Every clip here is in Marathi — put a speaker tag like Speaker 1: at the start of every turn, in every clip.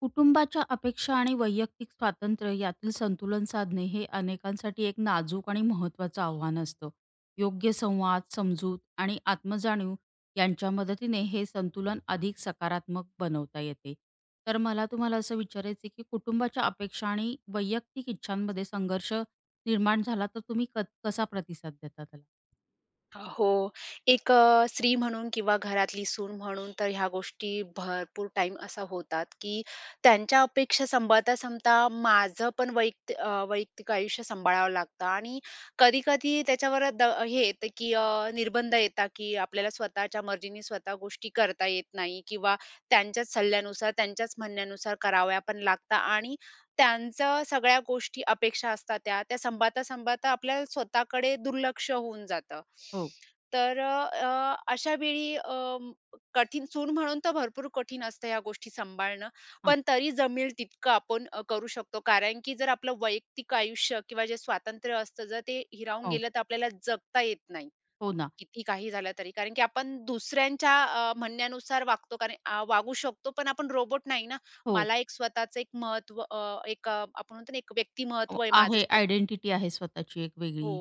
Speaker 1: कुटुंबाच्या अपेक्षा आणि वैयक्तिक स्वातंत्र्य यातील संतुलन साधणे हे अनेकांसाठी एक नाजूक आणि महत्त्वाचं आव्हान असतं. योग्य संवाद, समजूत आणि आत्मजाणीव यांच्या मदतीने हे संतुलन अधिक सकारात्मक बनवता येते. तर मला तुम्हाला असं विचारायचं आहे, की कुटुंबाच्या अपेक्षा आणि वैयक्तिक इच्छांमध्ये संघर्ष निर्माण झाला तर तुम्ही कसा प्रतिसाद देता त्याला?
Speaker 2: हो. एक स्त्री म्हणून किंवा घरातली सून म्हणून तर ह्या गोष्टी भरपूर टाइम असा होतात, की त्यांच्या अपेक्षा सांभाळता-सांभाळता माझं पण वैयक्तिक आयुष्य सांभाळावं लागतं आणि कधी-कधी त्याच्यावर हे येतं, की निर्बंध येतात, की आपल्याला स्वतःच्या मर्जीने स्वतः गोष्टी करता येत नाही किंवा त्यांच्याच सल्ल्यानुसार, त्यांच्याच म्हणण्यानुसार कराव्या पण लागतात आणि त्यांचं सगळ्या गोष्टी अपेक्षा असतात त्या सांभाळता-सांभाळता आपल्या स्वतःकडे दुर्लक्ष होऊन जातं.
Speaker 1: हो.
Speaker 2: तर अशा वेळी म- कठीण सून म्हणून तर भरपूर कठीण असतं ह्या गोष्टी सांभाळणं.
Speaker 1: हां.
Speaker 2: पण तरी जमेल तितकं आपण करू शकतो. कारण की जर आपलं वैयक्तिक आयुष्य किंवा जे स्वातंत्र्य असतं, जर ते हिरावून
Speaker 1: हो.
Speaker 2: गेलं तर आपल्याला जगता येत नाही.
Speaker 1: हो ना.
Speaker 2: किती काही झालं तरी. कारण की आपण दुसऱ्यांच्या म्हणण्यानुसार वागतो कारण वागू शकतो, पण आपण रोबोट नाही ना.
Speaker 1: हो.
Speaker 2: मला एक स्वतःचं एक महत्व, एक आपण म्हणतो ना, एक व्यक्तिमहत्त्व आहे माझं
Speaker 1: आहे,
Speaker 2: स्वतः.
Speaker 1: आयडेंटिटी आहे स्वतःची एक
Speaker 2: हो.
Speaker 1: वेगळी.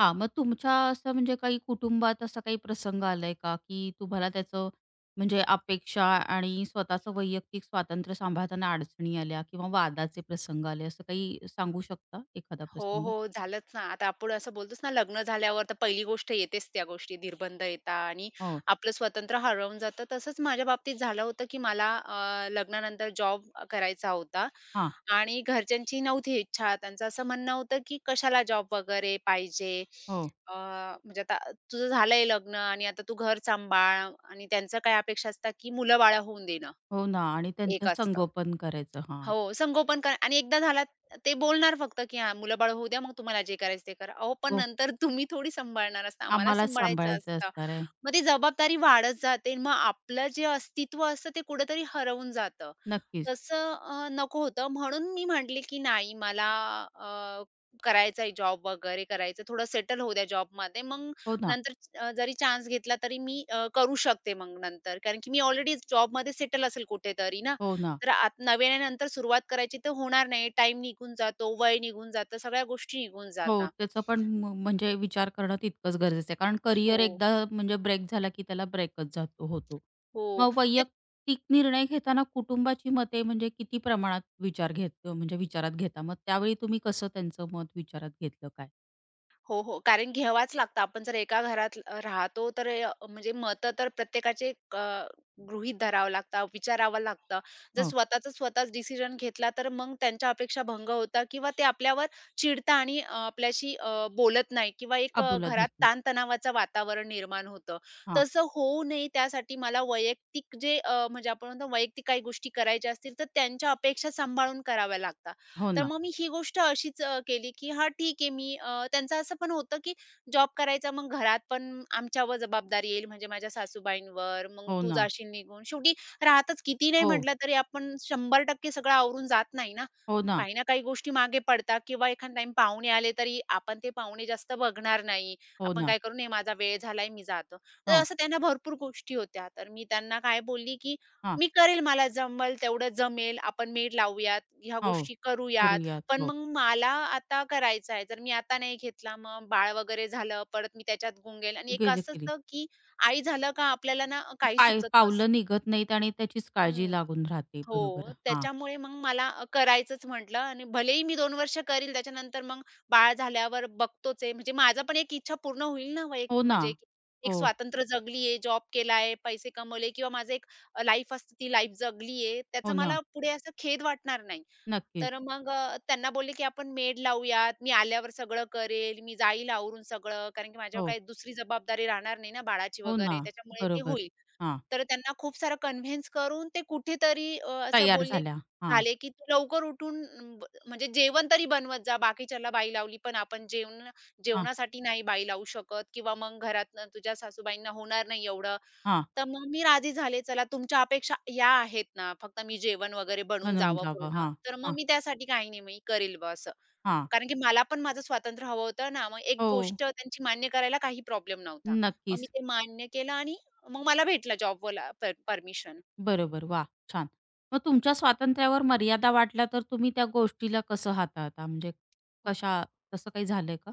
Speaker 1: हां, मग तुमच्या असं म्हणजे काही कुटुंबात असा काही प्रसंग आलाय का, की तुम्हाला त्याचं म्हणजे अपेक्षा आणि स्वतःचं वैयक्तिक स्वातंत्र्य सांभाळताना अडचणी आल्या किंवा वादाचे प्रसंग आले, असं काही सांगू शकता एखादा
Speaker 2: हो,
Speaker 1: प्रसंग?
Speaker 2: हो. झालंच ना. आता आपण असं बोलतोच ना, लग्न झाल्यावर तर पहिली गोष्ट येतेच त्या गोष्टी, निर्बंध येतात आणि
Speaker 1: हो.
Speaker 2: आपलं स्वातंत्र्य हरवून जातं. तसंच माझ्या बाबतीत झालं होतं, की मला लग्नानंतर जॉब करायचा होता
Speaker 1: हां.
Speaker 2: आणि घरच्यांची नव्हती इच्छा. त्यांचं असं म्हणणं होतं, की "कशाला जॉब वगैरे पाहिजे?
Speaker 1: हो.
Speaker 2: म्हणजे आता तुझं झालंय लग्न आणि आता तू घर सांभाळ." आणि त्यांचं काय अपेक्षा असतात, की मुलं-बाळं होऊन देणं,
Speaker 1: हो ना, आणि
Speaker 2: एक
Speaker 1: त्यांचं
Speaker 2: असतं.
Speaker 1: संगोपन करायचं. हां.
Speaker 2: हो, संगोपन करा आणि एकदा झाला ते बोलणार फक्त, की हा, मुलं-बाळ होऊ द्या, मग तुम्हाला जे करायचं ते करा." अहो, पण
Speaker 1: हो,
Speaker 2: नंतर तुम्ही थोडी सांभाळणार असता, आम्हाला
Speaker 1: आम्हालाच
Speaker 2: सांभाळायचं
Speaker 1: सांभाळायचं
Speaker 2: असतं.
Speaker 1: असणार आहे.
Speaker 2: मग ती जबाबदारी वाढत जाते. मग आपलं जे अस्तित्व असतं ते कुठेतरी हरवून जातं.
Speaker 1: नक्कीच.
Speaker 2: तसं नको होतं. म्हणून मी म्हटले, की "नाही, मला अ, करायचा आहे जॉब वगैरे करायचं. थोडं सेटल होऊ द्या जॉबमध्ये. मग
Speaker 1: हो ना.
Speaker 2: नंतर जरी चान्स घेतला तरी मी करू शकते मग नंतर." कारण की मी ऑलरेडी जॉबमध्ये सेटल असेल कुठेतरी ना.
Speaker 1: हो ना.
Speaker 2: तर आत नव्यानंतर सुरुवात करायची तर होणार नाही. टाइम निघून जातो, वय निघून जातं, सगळ्या गोष्टी निघून
Speaker 1: हो,
Speaker 2: जातात.
Speaker 1: त्याचा पण म्हणजे विचार करणं तितकंच गरजेचं आहे. कारण करिअर
Speaker 2: हो,
Speaker 1: एकदा म्हणजे ब्रेक झाला, की त्याला ब्रेकच जातो होतो.
Speaker 2: हो.
Speaker 1: मग वैयक्तिक निर्णय घेताना कुटुंबाची मते म्हणजे किती प्रमाणात विचार घेत म्हणजे विचारात घेता? मग त्यावेळी तुम्ही कसं त्यांचं मत विचारात घेतलं काय?
Speaker 2: हो, हो. कारण घ्यावाच लागतं. आपण जर एका घरात राहतो तर म्हणजे मतं तर प्रत्येकाचे गृहीत धरावं लागतं, विचारावं लागतं. जर
Speaker 1: हो,
Speaker 2: स्वतःचा स्वतःच डिसिजन घेतला तर मग त्यांच्या अपेक्षा भंग होतात किंवा ते आपल्यावर चिडता आणि आपल्याशी बोलत नाही किंवा एक
Speaker 1: अबोला
Speaker 2: घरात
Speaker 1: धरती.
Speaker 2: ताणतणावाचं वातावरण निर्माण होतं.
Speaker 1: हां.
Speaker 2: तसं होऊ नये त्यासाठी मला वैयक्तिक जे म्हणजे आपण म्हणतो वैयक्तिक काही गोष्टी करायच्या असतील तर त्यांच्या अपेक्षा सांभाळून कराव्या लागतात.
Speaker 1: हो
Speaker 2: तर
Speaker 1: ना.
Speaker 2: मग मी ही गोष्ट अशीच केली, की हां, ठीक आहे मी त्यांचं असं पण होतं, की जॉब करायचा मग घरात पण आमच्यावर जबाबदारी येईल म्हणजे माझ्या सासूबाईंवर, मग
Speaker 1: हो
Speaker 2: तू
Speaker 1: ना.
Speaker 2: जाशील निघून. शेवटी राहतच किती नाही
Speaker 1: हो.
Speaker 2: म्हटलं तरी आपण 100% सगळं आवरून जात नाही ना.
Speaker 1: हो ना.
Speaker 2: काही ना काही गोष्टी मागे पडतात किंवा एखाद टाईम पाहुणे आले तरी आपण ते पाहुणे जास्त बघणार नाही.
Speaker 1: हो
Speaker 2: आपण
Speaker 1: ना.
Speaker 2: काय करू, "नाही माझा वेळ झालाय, मी जातो." तर
Speaker 1: हो.
Speaker 2: असं त्यांना भरपूर गोष्टी होत्या. तर मी त्यांना काय बोलली, की
Speaker 1: हां.
Speaker 2: मी करेल, मला जमल, तेवढं जमेल, आपण मेड लावूयात, ह्या
Speaker 1: हो.
Speaker 2: गोष्टी करूयात.
Speaker 1: करूयात.
Speaker 2: पण
Speaker 1: हो,
Speaker 2: मग मला आता करायचं आहे. जर मी आता नाही घेतला, मग बाळ वगैरे झालं, परत मी त्याच्यात गुंगेल आणि एक
Speaker 1: गेलं
Speaker 2: असं
Speaker 1: केली.
Speaker 2: असतं, की आई झालं का आपल्याला ना काही
Speaker 1: पाय
Speaker 2: सुचत नसतं.
Speaker 1: पावलं निघत नाहीत आणि त्याचीच काळजी
Speaker 2: हं.
Speaker 1: लागून राहते.
Speaker 2: हो,
Speaker 1: बरोबर. हां.
Speaker 2: त्याच्यामुळे मग मला करायचंच म्हटलं आणि भलेही मी 2 वर्ष करील त्याच्यानंतर मग बाळ झाल्यावर बघतोच आहे. म्हणजे माझा पण एक इच्छा पूर्ण होईल ना
Speaker 1: हो ना.
Speaker 2: म्हणजे एक एक
Speaker 1: हो.
Speaker 2: स्वातंत्र्य जगली आहे, जॉब केला आहे, पैसे कमवले किंवा माझं एक लाईफ असते ती लाईफ जगली आहे. त्याचा
Speaker 1: हो ना.
Speaker 2: मला पुढे असं खेद वाटणार नाही.
Speaker 1: नक्कीच.
Speaker 2: तर मग त्यांना बोलले, की "आपण मेड लावूयात. मी आल्यावर सगळं करेल. मी जाईल आवरून सगळं." कारण की माझ्यावर
Speaker 1: हो.
Speaker 2: काही दुसरी जबाबदारी राहणार नाही ना बाळाची
Speaker 1: हो ना.
Speaker 2: वगैरे त्याच्यामुळे ते
Speaker 1: बरोबर.
Speaker 2: होईल.
Speaker 1: हां,
Speaker 2: तर त्यांना खूप सारं कन्व्हिन्स करून ते कुठेतरी असं
Speaker 1: तयार
Speaker 2: बोलले
Speaker 1: झाल्या. हां.
Speaker 2: झाले, की "तू लवकर उठून म्हणजे जेवण तरी बनवत जा. बाकीच्याला बाई लावली, पण आपण
Speaker 1: हां.
Speaker 2: जेवणासाठी नाही बाई लावू शकत किंवा मग घरातनं तुझ्या सासूबाईंना होणार नाही एवढं."
Speaker 1: हां.
Speaker 2: तर मग मी राजी झाले. चला तुमच्या अपेक्षा या आहेत ना, फक्त मी जेवण वगैरे बनून
Speaker 1: बनवून
Speaker 2: जावं
Speaker 1: जावं.
Speaker 2: पूर्ण.
Speaker 1: हां.
Speaker 2: तर मग
Speaker 1: हां.
Speaker 2: मी त्यासाठी काही नाही मी करेल
Speaker 1: हां.
Speaker 2: कारण की मला पण माझं स्वातंत्र्य हवं होतं ना, मग एक गोष्ट
Speaker 1: हो,
Speaker 2: त्यांची मान्य करायला काही प्रॉब्लेम नव्हता. मग मी
Speaker 1: नक्कीच.
Speaker 2: ते मान्य केलं आणि मग मला भेटला जॉबवाला परमिशन.
Speaker 1: बरोबर. वाह! छान. मग तुमच्या स्वातंत्र्यावर मर्यादा वाटल्या तर तुम्ही त्या गोष्टीला कसं हाताळता? म्हणजे कशा, तसं काही झालंय का?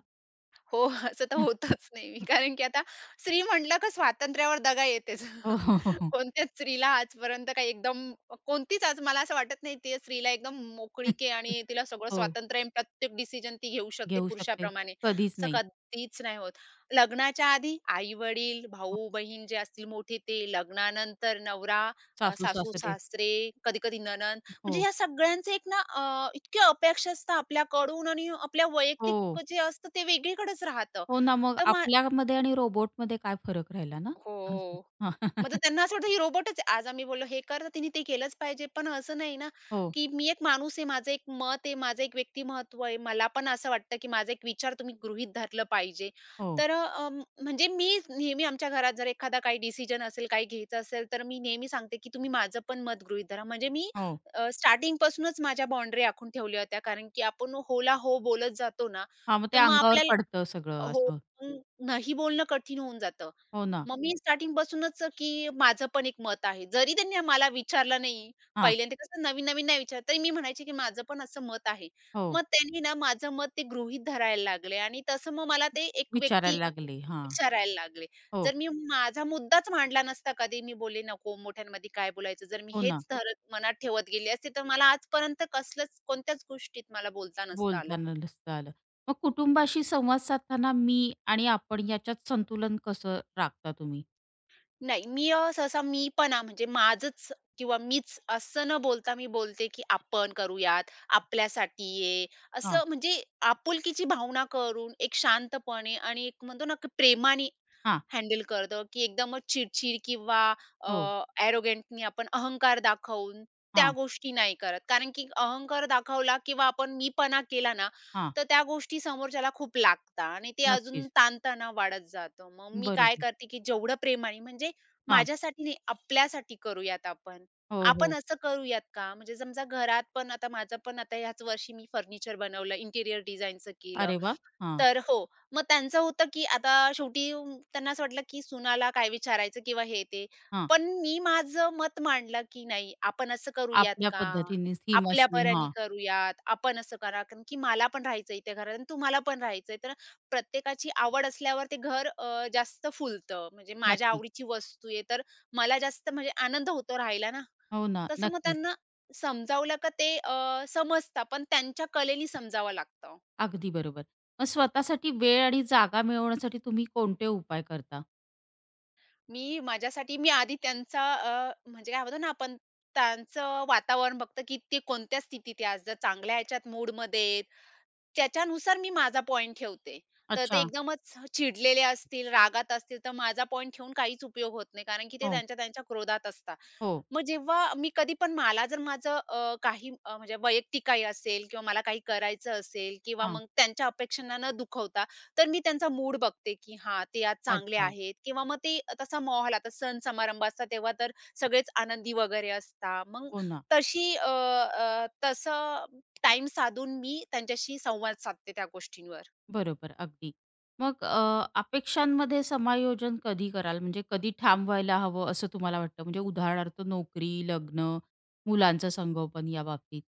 Speaker 2: हो, असं तर होतच नाही मी. कारण की आता स्त्री म्हटलं का स्वातंत्र्यावर दगा येतेच.
Speaker 1: हो, हो, हो, हो.
Speaker 2: कोणत्याच स्त्रीला आजपर्यंत काही एकदम कोणतीच आज मला असं वाटत नाही ती स्त्रीला एकदम मोकळीक आहे आणि तिला सगळं
Speaker 1: हो,
Speaker 2: स्वातंत्र्य आहे प्रत्येक डिसिजन ती घेऊ शकते
Speaker 1: घेऊ शकते.
Speaker 2: पुरुषाप्रमाणे.
Speaker 1: कधीच
Speaker 2: असं
Speaker 1: नाही.
Speaker 2: कधीच नाही होत. लग्नाच्या आधी आई-वडील,
Speaker 1: हो,
Speaker 2: भाऊ-बहीण जे असतील मोठे ते, लग्नानंतर नवरा,
Speaker 1: सासू-सासरे.
Speaker 2: सासू-सासरे, कधी-कधी नणंद म्हणजे
Speaker 1: हो,
Speaker 2: ह्या सगळ्यांचे एक ना इतक्या अपेक्षा असतात आपल्याकडून आणि आपल्या
Speaker 1: हो.
Speaker 2: वैयक्तिक जे असतं ते वेगळीकडेच राहतं.
Speaker 1: हो ना, मग
Speaker 2: तर मा
Speaker 1: आपल्यामध्ये आणि रोबोटमध्ये काय फरक राहिला ना?
Speaker 2: हो.
Speaker 1: असं.
Speaker 2: मग तर त्यांना असं वाटतं ही रोबोटच आहे. आज आम्ही बोललो हे कर तर तिने ते केलंच पाहिजे. पण असं नाही ना,
Speaker 1: हो,
Speaker 2: की मी एक माणूस आहे, माझं एक मत आहे, माझं एक व्यक्तिमत्त्व आहे. मला पण असं वाटतं, की माझा एक विचार तुम्ही गृहीत धरलं पाहिजे.
Speaker 1: हो.
Speaker 2: तर म्हणजे मी नेहमी आमच्या घरात जर एखादा काही डिसिजन असेल, काही घ्यायचं असेल, तर मी नेहमी सांगते, की तुम्ही माझं पण मत गृहीत धरा. म्हणजे मी
Speaker 1: हो.
Speaker 2: स्टार्टिंगपासूनच माझ्या बाउंडरी आखून ठेवल्या होत्या. कारण की आपण होला हो बोलत जातो ना,
Speaker 1: हां, मग
Speaker 2: तर
Speaker 1: ते
Speaker 2: मग
Speaker 1: अंगावर
Speaker 2: आपल्याला
Speaker 1: पडतं सगळं
Speaker 2: हो,
Speaker 1: असं.
Speaker 2: मग नाही बोलणं कठीण होऊन जातं.
Speaker 1: हो ना.
Speaker 2: मग मी स्टार्टिंग पासूनच की माझं पण एक मत आहे. जरी त्यांनी मला विचारलं नाही,
Speaker 1: हां.
Speaker 2: पहिल्यांदा कसं नवीन-नवीन नाही विचारत, तरी मी म्हणायचे की माझं पण असं मत आहे.
Speaker 1: हो.
Speaker 2: मग त्यांनी ना माझं मत ते गृहीत धरायला लागले आणि तसं मग मला ते एक व्यक्ती
Speaker 1: विचारायला
Speaker 2: म्हणजे
Speaker 1: लागले. हां.
Speaker 2: विचारायला लागले.
Speaker 1: हो.
Speaker 2: जर मी माझा मुद्दाच मांडला नसता कधी, मी बोलले नको मोठ्यांमध्ये काय बोलायचं. जर मी
Speaker 1: हो ना.
Speaker 2: हेच धरत मनात ठेवत गेले असते, तर मला आजपर्यंत कसलंच कोणत्याच गोष्टीत मला बोलता नसतं आलं.
Speaker 1: बोलताना नसतं आलं. मग कुटुंबाशी संवाद साधताना मी आणि आपण याच्यात संतुलन कसं राखता तुम्ही?
Speaker 2: नाही, मी सहसा मीपणा म्हणजे माझंच किंवा मीच असं न बोलता मी बोलते, की "आपण करूयात, आपल्यासाठी आहे."
Speaker 1: हां.
Speaker 2: असं म्हणजे आपुलकीची भावना करून एक शांतपणे आणि एक म्हणतो ना, की प्रेमाने
Speaker 1: हां.
Speaker 2: हँडल करतं, की एकदमच चिडचिड किंवा
Speaker 1: हो.
Speaker 2: अ, ॲरोगंटनी आपण अहंकार दाखवून त्या
Speaker 1: हां.
Speaker 2: गोष्टी नाही करत. कारण की अहंकार दाखवला किंवा आपण मीपणा केला ना,
Speaker 1: हां.
Speaker 2: तर त्या गोष्टी समोरच्याला खूप लागतात आणि ते अजून
Speaker 1: नक्कीच.
Speaker 2: ताणतणाव वाढत जातो. मग मी काय
Speaker 1: बरोबर.
Speaker 2: करते, की जेवढं प्रेमाने म्हणजे
Speaker 1: हां.
Speaker 2: माझ्यासाठी नाही, आपल्यासाठी करूयात आपण.
Speaker 1: हो,
Speaker 2: आपण
Speaker 1: हो.
Speaker 2: असं करूयात का? म्हणजे समजा घरात पण आता माझं पण आता ह्याच वर्षी मी फर्निचर बनवलं, इंटिरियर डिझाइनचं केलं.
Speaker 1: अरे वाह! हां.
Speaker 2: तर हो. मग त्यांचं होतं, की आता शेवटी त्यांना असं वाटलं, की सुनाला काय विचारायचं किंवा हे ते.
Speaker 1: हां.
Speaker 2: पण मी माझं मत मांडलं, की नाही आपण असं करूयात
Speaker 1: आपल्या
Speaker 2: का?
Speaker 1: पद्धतीने
Speaker 2: आपल्या
Speaker 1: सीमाशी.
Speaker 2: परीने
Speaker 1: हां.
Speaker 2: करूयात. आपण असं करा, कारण की मला पण राहायचंय त्या घरात आणि तुम्हाला पण राहायचंय. तर प्रत्येकाची आवड असल्यावर ते घर जास्त फुलतं. म्हणजे माझ्या
Speaker 1: नक्कीच.
Speaker 2: आवडीची वस्तू आहे, तर मला जास्त म्हणजे आनंद होतो राहायला ना.
Speaker 1: हो ना.
Speaker 2: तसं मग
Speaker 1: नक्कीच.
Speaker 2: त्यांना समजावलं, का ते समजतात, पण त्यांच्या कलेनी समजावं लागतं.
Speaker 1: अगदी बरोबर. मग स्वतःसाठी वेळ आणि जागा मिळवण्यासाठी तुम्ही कोणते उपाय करता?
Speaker 2: मी माझ्यासाठी मी आधी त्यांचा म्हणजे काय म्हणतो ना आपण त्यांचं वातावरण बघतो, की ते कोणत्या स्थितीत आहे आज. जर चांगल्या ह्याच्यात मूडमध्ये त्याच्यानुसार मी माझा पॉइंट ठेवते. तर ते
Speaker 1: अच्छा.
Speaker 2: एकदमच चिडलेले असतील, रागात असतील, तर माझा पॉइंट ठेवून काहीच उपयोग होत नाही. कारण की ते
Speaker 1: हो,
Speaker 2: त्यांच्या-त्यांच्या क्रोधात असतात.
Speaker 1: हो.
Speaker 2: मग जेव्हा मी कधी पण मला जर माझं काही म्हणजे वैयक्तिक काही असेल किंवा मला काही करायचं असेल किंवा
Speaker 1: हां.
Speaker 2: मग त्यांच्या अपेक्षांना न दुखवता, तर मी त्यांचा मूड बघते, की हा ते आज चांगले
Speaker 1: अच्छा.
Speaker 2: आहेत किंवा मग ते तसा माहोल आता सण समारंभ असतात तेव्हा तर सगळेच आनंदी वगैरे असतात. मग
Speaker 1: हो ना.
Speaker 2: तशी अ, अ, तसं टाईम साधून मी त्यांच्याशी संवाद साधते त्या गोष्टींवर.
Speaker 1: बरोबर, अगदी. मग अपेक्षांमध्ये समायोजन कधी कराल? म्हणजे कधी ठाम व्हायला हवं असं तुम्हाला वाटतं? म्हणजे उदाहरणार्थ नोकरी, लग्न, मुलांचं संगोपन या बाबतीत?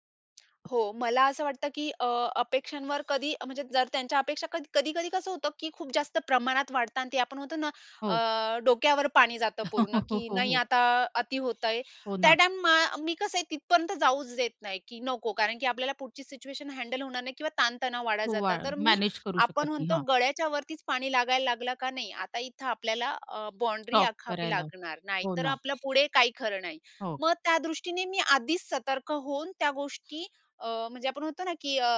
Speaker 2: हो, मला असं वाटतं, की अपेक्षांवर कधी म्हणजे जर त्यांच्या अपेक्षा कधी-कधी कसं होतं, की खूप जास्त प्रमाणात वाढतात आणि ते आपण म्हणतो ना,
Speaker 1: हो.
Speaker 2: डोक्यावर पाणी जातं
Speaker 1: हो,
Speaker 2: पूर्ण,
Speaker 1: हो,
Speaker 2: की
Speaker 1: हो,
Speaker 2: नाही
Speaker 1: हो.
Speaker 2: आता अति होतंय.
Speaker 1: हो
Speaker 2: त्या
Speaker 1: ना.
Speaker 2: टाईम मी कसं आहे तिथपर्यंत जाऊच देत नाही, की नको कारण की आपल्याला पुढची सिच्युएशन हँडल होणार नाही किंवा ताणतणाव वाढत
Speaker 1: हो, वा,
Speaker 2: जातात. तर मी
Speaker 1: मॅनेज करू शकत
Speaker 2: आपण
Speaker 1: नाही.
Speaker 2: म्हणतो
Speaker 1: हां.
Speaker 2: गळ्याच्या वरतीच पाणी लागायला लागलं का नाही, आता इथं आपल्याला
Speaker 1: स्टॉप
Speaker 2: आखावी
Speaker 1: करायला.
Speaker 2: लागणार,
Speaker 1: हो
Speaker 2: नाहीतर
Speaker 1: ना.
Speaker 2: आपलं पुढे काही खरं नाही.
Speaker 1: हो.
Speaker 2: मग त्या दृष्टीने मी आधीच सतर्क होऊन त्या गोष्टी म्हणजे आपण म्हणतो ना, की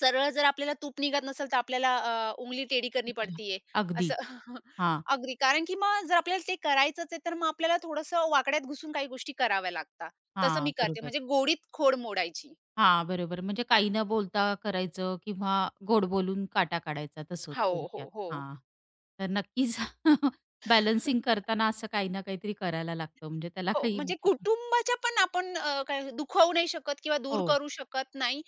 Speaker 2: सरळ जर आपल्याला तूप निघत नसेल, तर आपल्याला उंगली टेढ़ी करनी पडती है.
Speaker 1: अगदी.
Speaker 2: असं
Speaker 1: हां.
Speaker 2: अगदी. कारण की मग जर आपल्याला ते करायचंच आहे, तर मग आपल्याला थोडंसं वाकड्यात घुसून काही गोष्टी कराव्या लागतात. तसं मी
Speaker 1: हां.
Speaker 2: करते.
Speaker 1: बरोबर.
Speaker 2: म्हणजे गोडीत खोड मोडायची.
Speaker 1: हां, बरोबर. म्हणजे काही न बोलता करायचं किंवा गोड बोलून काटा काढायचा तसं
Speaker 2: हो, हो,
Speaker 1: थोडक्यात.
Speaker 2: हो.
Speaker 1: हां. तर नक्कीच. बॅलन्सिंग करताना असं काही ना काहीतरी करायला लागतं म्हणजे त्याला
Speaker 2: हो,
Speaker 1: काही.
Speaker 2: म्हणजे कुटुंबाच्या पण आपण काय दुखावू नाही शकत किंवा दूर
Speaker 1: हो,
Speaker 2: करू शकत नाही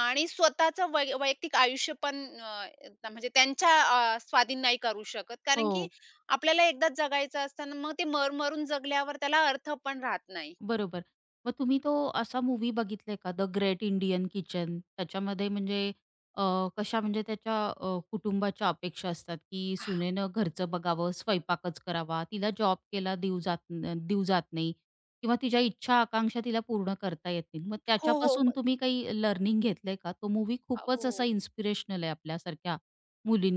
Speaker 2: आणि स्वतःचं वैयक्तिक आयुष्य पण म्हणजे त्यांच्या स्वाधीन नाही करू शकत. कारण की
Speaker 1: हो.
Speaker 2: आपल्याला एकदाच जगायचं असतं आणि मग ते मर-मरून जगल्यावर त्याला अर्थ पण राहत नाही.
Speaker 1: बरोबर. मग तुम्ही तो असा मूव्ही बघितलाय का, द ग्रेट इंडियन किचन? त्याच्यामध्ये म्हणजे अ, कशा म्हणजे त्याच्या कुटुंबाच्या अपेक्षा असतात, की सुनेनं घरचं बघावं, स्वयंपाकच करावा, तिला जॉब केला देऊ जात न देऊ जात नाही किंवा तिच्या इच्छा, आकांक्षा तिला पूर्ण करता येत नाही. मग
Speaker 2: हो, हो.
Speaker 1: त्याच्यापासून
Speaker 2: मग
Speaker 1: तुम्ही काही लर्निंग घेतलंय का? तो मूव्ही खूपच असा
Speaker 2: हो,
Speaker 1: इन्स्पिरेशनल आहे आपल्यासारख्या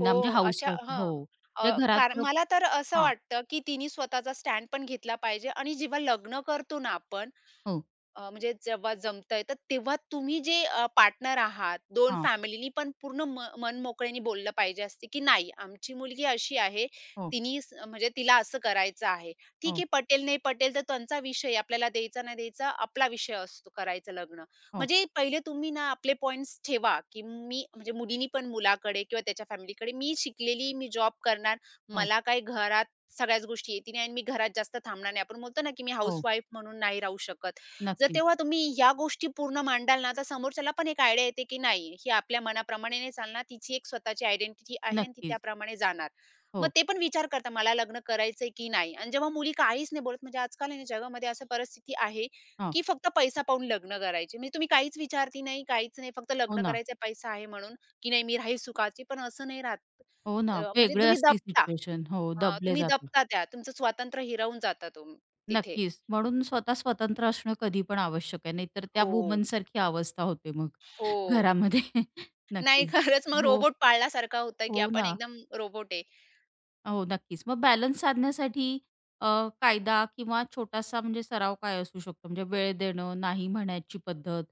Speaker 2: हो.
Speaker 1: म्हणजे
Speaker 2: अशा
Speaker 1: हाउसवाईफ.
Speaker 2: हां.
Speaker 1: हो.
Speaker 2: अ,
Speaker 1: म्हणजे
Speaker 2: कारण
Speaker 1: घरातलं.
Speaker 2: मला तर असं
Speaker 1: हां.
Speaker 2: वाटतं, की तिने स्वतःचा स्टँड पण घेतला पाहिजे आणि जेव्हा लग्न करतो ना आपण
Speaker 1: हो.
Speaker 2: म्हणजे जेव्हा जमतंय, तर तेव्हा तुम्ही जे पार्टनर आहात, दोन
Speaker 1: हां.
Speaker 2: फॅमिलीनी पण पूर्ण मन मोकळ्याने बोललं पाहिजे असते, की "नाही, आमची मुलगी अशी आहे,
Speaker 1: हो,
Speaker 2: तिनी म्हणजे तिला असं करायचं आहे." ठीक
Speaker 1: हो,
Speaker 2: आहे, पटेल नाही पटेल तर त्यांचा विषय, आपल्याला द्यायचा नाही द्यायचा आपला विषय असतो करायचं लग्न.
Speaker 1: हो,
Speaker 2: म्हणजे पहिले तुम्ही ना आपले पॉइंट्स ठेवा, की मी म्हणजे मुलीनी पण मुलाकडे किंवा त्याच्या फॅमिलीकडे, "मी शिकलेली, मी जॉब करणार,
Speaker 1: हो, हो,
Speaker 2: मला काही घरात सगळ्याच गोष्टी येती आणि मी घरात जास्त थांबणार नाही." आपण बोलतो ना, की मी
Speaker 1: हो.
Speaker 2: हाउसवाईफ म्हणून नाही राहू शकत. जर
Speaker 1: नक्कीच.
Speaker 2: तेव्हा तुम्ही या गोष्टी पूर्ण मांडाल ना, तर समोरच्याला पण एक आयडिया येते, की नाही ही आपल्या मनाप्रमाणे नाही चालणार. तिची एक स्वतःची आयडेंटिटी आहे आणि ती
Speaker 1: नक्कीच.
Speaker 2: त्याप्रमाणे जाणार. मग
Speaker 1: हो.
Speaker 2: ते पण विचार करता मला लग्न करायचंय की नाही? आणि जेव्हा मुली काहीच नाही बोलत म्हणजे आजकाल आहे ना जगामध्ये अशी परिस्थिती आहे,
Speaker 1: हां.
Speaker 2: की फक्त पैसा पाहून लग्न करायचे. म्हणजे तुम्ही काहीच विचारती नाही, काहीच नाही. फक्त
Speaker 1: हो
Speaker 2: लग्न
Speaker 1: ना.
Speaker 2: करायचंय पैसा आहे म्हणून, की नाही मी राहील सुखाची. पण असं नाही राहत.
Speaker 1: हो ना.
Speaker 2: म्हणजे
Speaker 1: वेगळी
Speaker 2: तुम्ही
Speaker 1: असती
Speaker 2: दबता.
Speaker 1: सिच्युएशन. हो,
Speaker 2: हां,
Speaker 1: दबले
Speaker 2: तुम्ही
Speaker 1: जातात.
Speaker 2: दबता त्या. तुमचं स्वातंत्र्य हिरावून जाता तिथे.
Speaker 1: नक्कीच. म्हणून स्वतः स्वतंत्र असणं कधी पण आवश्यक आहे. नाहीतर त्या
Speaker 2: हो.
Speaker 1: वुमनसारखी अवस्था होते मग
Speaker 2: हो.
Speaker 1: घरामध्ये.
Speaker 2: नाही
Speaker 1: नक्कीच.
Speaker 2: खरंच मग
Speaker 1: हो,
Speaker 2: रोबोट पाळल्यासारखा होतं, की
Speaker 1: हो
Speaker 2: आपण
Speaker 1: ना.
Speaker 2: एकदम रोबोट आहे.
Speaker 1: हो, नक्कीच. मग बॅलन्स साधण्यासाठी अ, कायदा किंवा छोटासा म्हणजे सराव काय असू शकतो? म्हणजे वेळ देणं, नाही म्हणायची पद्धत,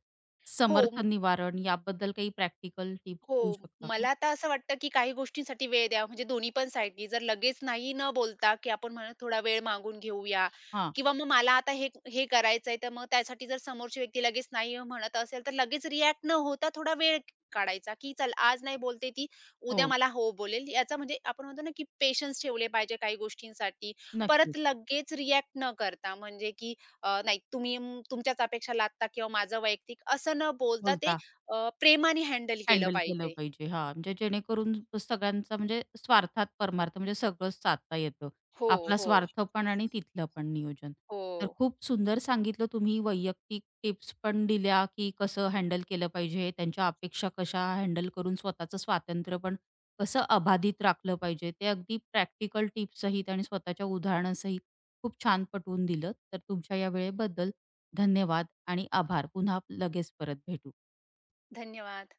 Speaker 2: हो,
Speaker 1: समर्थन निवारण याबद्दल काही प्रॅक्टिकल टिप्स देऊ
Speaker 2: हो.
Speaker 1: शकता का?
Speaker 2: मला आता असं वाटतं, की काही गोष्टींसाठी वेळ द्यावा, म्हणजे दोन्ही पण साईडनी. जर लगेच नाही न बोलता, की आपण म्हणू थोडा वेळ मागून घेऊया
Speaker 1: हां.
Speaker 2: किंवा मग मला आता हे हे करायचंय, तर मग त्यासाठी जर समोरची व्यक्ती लगेच नाही म्हणत असेल, तर लगेच रिएक्ट न होता थोडा वेळ काढायचा, की चल आज नाही बोलते ती, उद्या
Speaker 1: हो.
Speaker 2: मला हो बोलेल. याचा म्हणजे आपण म्हणतो ना, की पेशन्स ठेवले पाहिजे काही गोष्टींसाठी. परत
Speaker 1: नक्कीच.
Speaker 2: लगेच रिएक्ट न करता म्हणजे, की नाही तुम्ही तुमच्याच अपेक्षा लादता किंवा माझं वैयक्तिक असं न बोलता ते
Speaker 1: बोलता
Speaker 2: प्रेमाने हँडल केलं
Speaker 1: हँडल केलं
Speaker 2: पाहिजे.
Speaker 1: पाहिजे. हां, म्हणजे जेणेकरून सगळ्यांचा म्हणजे स्वार्थात परमार्थ म्हणजे सगळंच साधता येतं.
Speaker 2: हो,
Speaker 1: आपला
Speaker 2: हो,
Speaker 1: स्वार्थ पण आणि तिथलं पण नियोजन.
Speaker 2: हो.
Speaker 1: तर खूप सुंदर सांगितलं तुम्ही, वैयक्तिक टिप्स पण दिल्या, की कसं हँडल केलं पाहिजे, त्यांच्या अपेक्षा कशा हँडल करून स्वतःचं स्वातंत्र्य पण कसं अबाधित राखलं पाहिजे. ते अगदी प्रॅक्टिकल टिप्ससहित आणि स्वतःच्या उदाहरणासहित खूप छान पटवून दिलं. तर तुमच्या या वेळेबद्दल धन्यवाद आणि आभार. पुन्हा लगेच परत भेटू.
Speaker 2: धन्यवाद.